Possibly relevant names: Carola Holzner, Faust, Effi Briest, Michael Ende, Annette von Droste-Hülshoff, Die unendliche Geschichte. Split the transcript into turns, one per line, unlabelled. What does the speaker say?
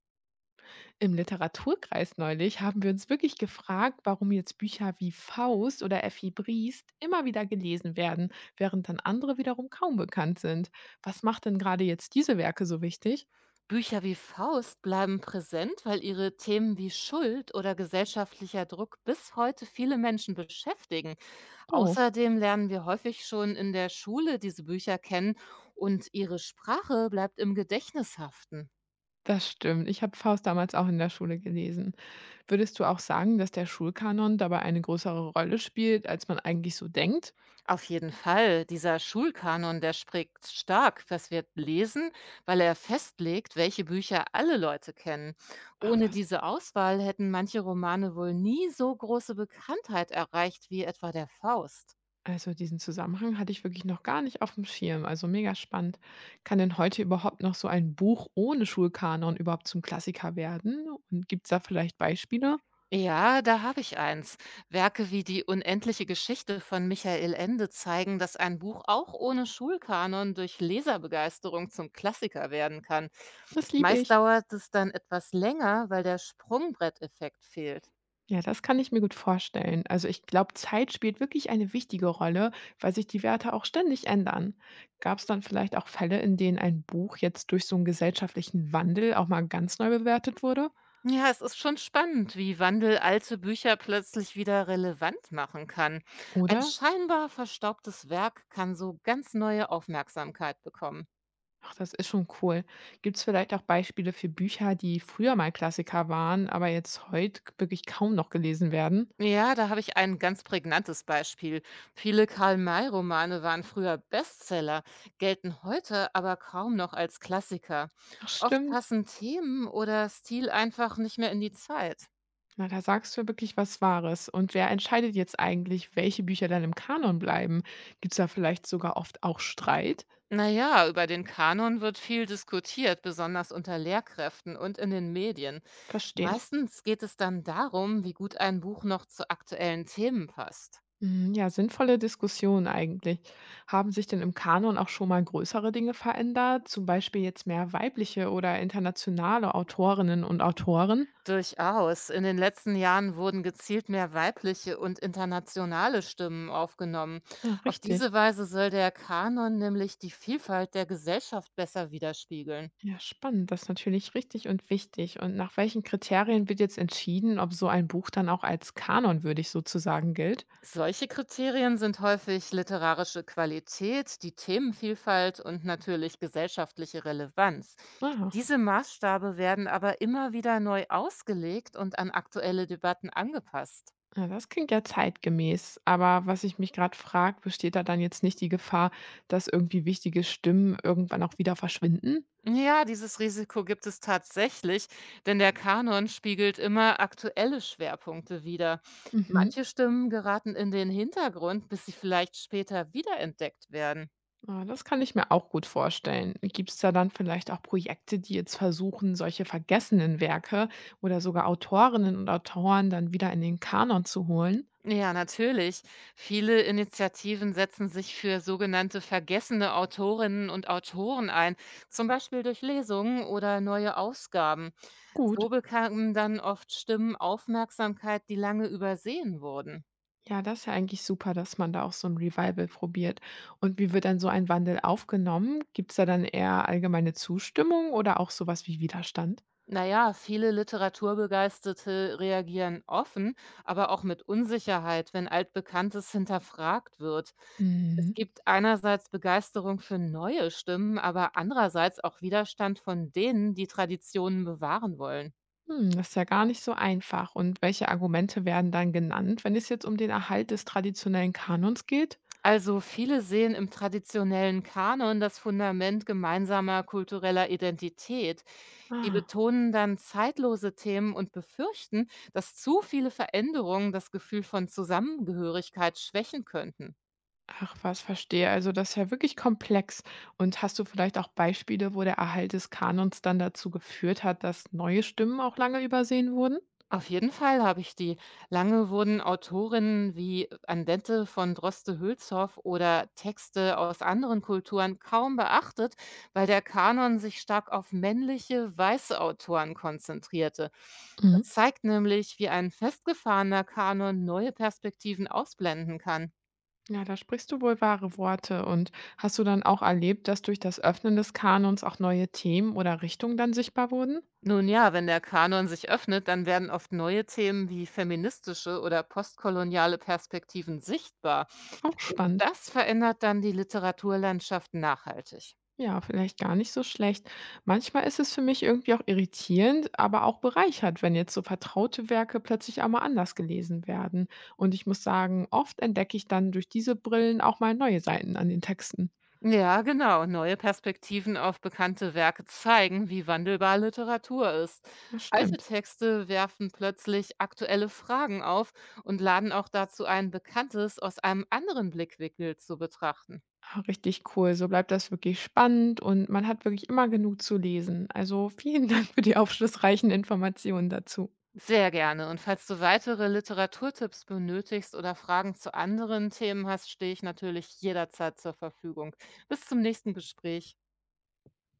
Im Literaturkreis neulich haben wir uns wirklich gefragt, warum jetzt Bücher wie Faust oder Effi Briest immer wieder gelesen werden, während dann andere wiederum kaum bekannt sind. Was macht denn gerade jetzt diese Werke so wichtig?
Bücher wie Faust bleiben präsent, weil ihre Themen wie Schuld oder gesellschaftlicher Druck bis heute viele Menschen beschäftigen.
Oh,
Außerdem lernen wir häufig schon in der Schule diese Bücher kennen und ihre Sprache bleibt im Gedächtnis haften.
das stimmt. Ich habe Faust damals auch in der Schule gelesen. Würdest du auch sagen, dass der Schulkanon dabei eine größere Rolle spielt, als man eigentlich so denkt?
Auf jeden Fall, dieser Schulkanon, der spricht stark, was wir lesen, weil er festlegt, welche Bücher alle Leute kennen.
Ach
Ohne
was.
diese Auswahl hätten manche Romane wohl nie so große Bekanntheit erreicht wie etwa der Faust.
Also diesen Zusammenhang hatte ich wirklich noch gar nicht auf dem Schirm, also mega spannend. Kann denn heute überhaupt noch so ein Buch ohne Schulkanon überhaupt zum Klassiker werden? Und gibt's da vielleicht Beispiele?
Ja, da habe ich eins. Werke wie die unendliche Geschichte von Michael Ende zeigen, dass ein Buch auch ohne Schulkanon durch Leserbegeisterung zum Klassiker werden kann.
Das liebe
Meist
ich.
dauert es dann etwas länger, weil der Sprungbretteffekt fehlt.
Ja, das kann ich mir gut vorstellen. Also ich glaube, Zeit spielt wirklich eine wichtige Rolle, weil sich die Werte auch ständig ändern. Gab's dann vielleicht auch Fälle, in denen ein Buch jetzt durch so einen gesellschaftlichen Wandel auch mal ganz neu bewertet wurde,
Ja, es ist schon spannend, wie Wandel alte Bücher plötzlich wieder relevant machen kann. Ein
oder?
scheinbar verstaubtes Werk kann so ganz neue Aufmerksamkeit bekommen.
Ach, das ist schon cool. Gibt es vielleicht auch Beispiele für Bücher, die früher mal Klassiker waren, aber jetzt heute wirklich kaum noch gelesen werden?
Ja, da habe ich ein ganz prägnantes Beispiel. Viele Karl-May-Romane waren früher Bestseller, gelten heute aber kaum noch als Klassiker.
Ach,
Oft
stimmt.
passen Themen oder Stil einfach nicht mehr in die Zeit.
Na, da sagst du wirklich was Wahres. Und wer entscheidet jetzt eigentlich, welche Bücher dann im Kanon bleiben? Gibt es da vielleicht sogar oft auch Streit?
Naja, über den Kanon wird viel diskutiert, besonders unter Lehrkräften und in den Medien.
Verstehe.
Meistens geht es dann darum, wie gut ein Buch noch zu aktuellen Themen passt.
Mhm, ja, sinnvolle Diskussion eigentlich. Haben sich denn im Kanon auch schon mal größere Dinge verändert? Zum Beispiel jetzt mehr weibliche oder internationale Autorinnen und Autoren?
Durchaus. In den letzten Jahren wurden gezielt mehr weibliche und internationale Stimmen aufgenommen.
Ja,
Auf diese
richtig.
Weise soll der Kanon nämlich die Vielfalt der Gesellschaft besser widerspiegeln.
Ja, spannend. Das ist natürlich richtig und wichtig. Und nach welchen Kriterien wird jetzt entschieden, ob so ein Buch dann auch als kanonwürdig sozusagen gilt?
Solche Kriterien sind häufig literarische Qualität, die Themenvielfalt und natürlich gesellschaftliche Relevanz.
Aha.
Diese Maßstabe werden aber immer wieder neu ausgelegt und an aktuelle Debatten angepasst.
Ja, das klingt ja zeitgemäß. Aber was ich mich gerade frage, besteht da dann jetzt nicht die Gefahr, dass irgendwie wichtige Stimmen irgendwann auch wieder verschwinden?
Ja, dieses Risiko gibt es tatsächlich, denn der Kanon spiegelt immer aktuelle Schwerpunkte wider.
Mhm.
Manche Stimmen geraten in den Hintergrund, bis sie vielleicht später wiederentdeckt werden.
Ja, das kann ich mir auch gut vorstellen. Gibt es da dann vielleicht auch Projekte, die jetzt versuchen, solche vergessenen Werke oder sogar Autorinnen und Autoren dann wieder in den Kanon zu holen?
Ja, natürlich. Viele Initiativen setzen sich für sogenannte vergessene Autorinnen und Autoren ein, zum Beispiel durch Lesungen oder neue Ausgaben. So
Gut.
bekamen dann oft Stimmen Aufmerksamkeit, die lange übersehen wurden.
Ja, das ist ja eigentlich super, dass man da auch so ein Revival probiert. Und wie wird dann so ein Wandel aufgenommen? Gibt's da dann eher allgemeine Zustimmung oder auch sowas wie Widerstand?
Naja, viele Literaturbegeisterte reagieren offen, aber auch mit Unsicherheit, wenn Altbekanntes hinterfragt wird. Es
Mhm.
gibt einerseits Begeisterung für neue Stimmen, aber andererseits auch Widerstand von denen, die Traditionen bewahren wollen.
Hm, das ist ja gar nicht so einfach. Und welche Argumente werden dann genannt, wenn es jetzt um den Erhalt des traditionellen Kanons geht?
Also viele sehen im traditionellen Kanon das Fundament gemeinsamer kultureller Identität. Die
Ah,
betonen dann zeitlose Themen und befürchten, dass zu viele Veränderungen das Gefühl von Zusammengehörigkeit schwächen könnten.
ach was, verstehe. Also, das ist ja wirklich komplex. Und hast du vielleicht auch Beispiele, wo der Erhalt des Kanons dann dazu geführt hat, dass neue Stimmen auch lange übersehen wurden?
Auf jeden Fall habe ich die. Lange wurden Autorinnen wie Andente von Droste-Hülshoff oder Texte aus anderen Kulturen kaum beachtet, weil der Kanon sich stark auf männliche, weiße Autoren konzentrierte.
Mhm.
Das zeigt nämlich, wie ein festgefahrener Kanon neue Perspektiven ausblenden kann.
Ja, da sprichst du wohl wahre Worte. Und hast du dann auch erlebt, dass durch das Öffnen des Kanons auch neue Themen oder Richtungen dann sichtbar wurden?
Nun ja, wenn der Kanon sich öffnet, dann werden oft neue Themen wie feministische oder postkoloniale Perspektiven sichtbar.
Auch
Und
spannend.
das verändert dann die Literaturlandschaft nachhaltig.
Ja, vielleicht gar nicht so schlecht. Manchmal ist es für mich irgendwie auch irritierend, aber auch bereichert, wenn jetzt so vertraute Werke plötzlich einmal anders gelesen werden. Und ich muss sagen, oft entdecke ich dann durch diese Brillen auch mal neue Seiten an den Texten.
Ja, genau. Neue Perspektiven auf bekannte Werke zeigen, wie wandelbar Literatur ist.
Das
Alte
stimmt.
Texte werfen plötzlich aktuelle Fragen auf und laden auch dazu ein, Bekanntes aus einem anderen Blickwinkel zu betrachten.
Ah, richtig cool. So bleibt das wirklich spannend und man hat wirklich immer genug zu lesen. Also vielen Dank für die aufschlussreichen Informationen dazu.
Sehr gerne. Und falls du weitere Literaturtipps benötigst oder Fragen zu anderen Themen hast, stehe ich natürlich jederzeit zur Verfügung. Bis zum nächsten Gespräch.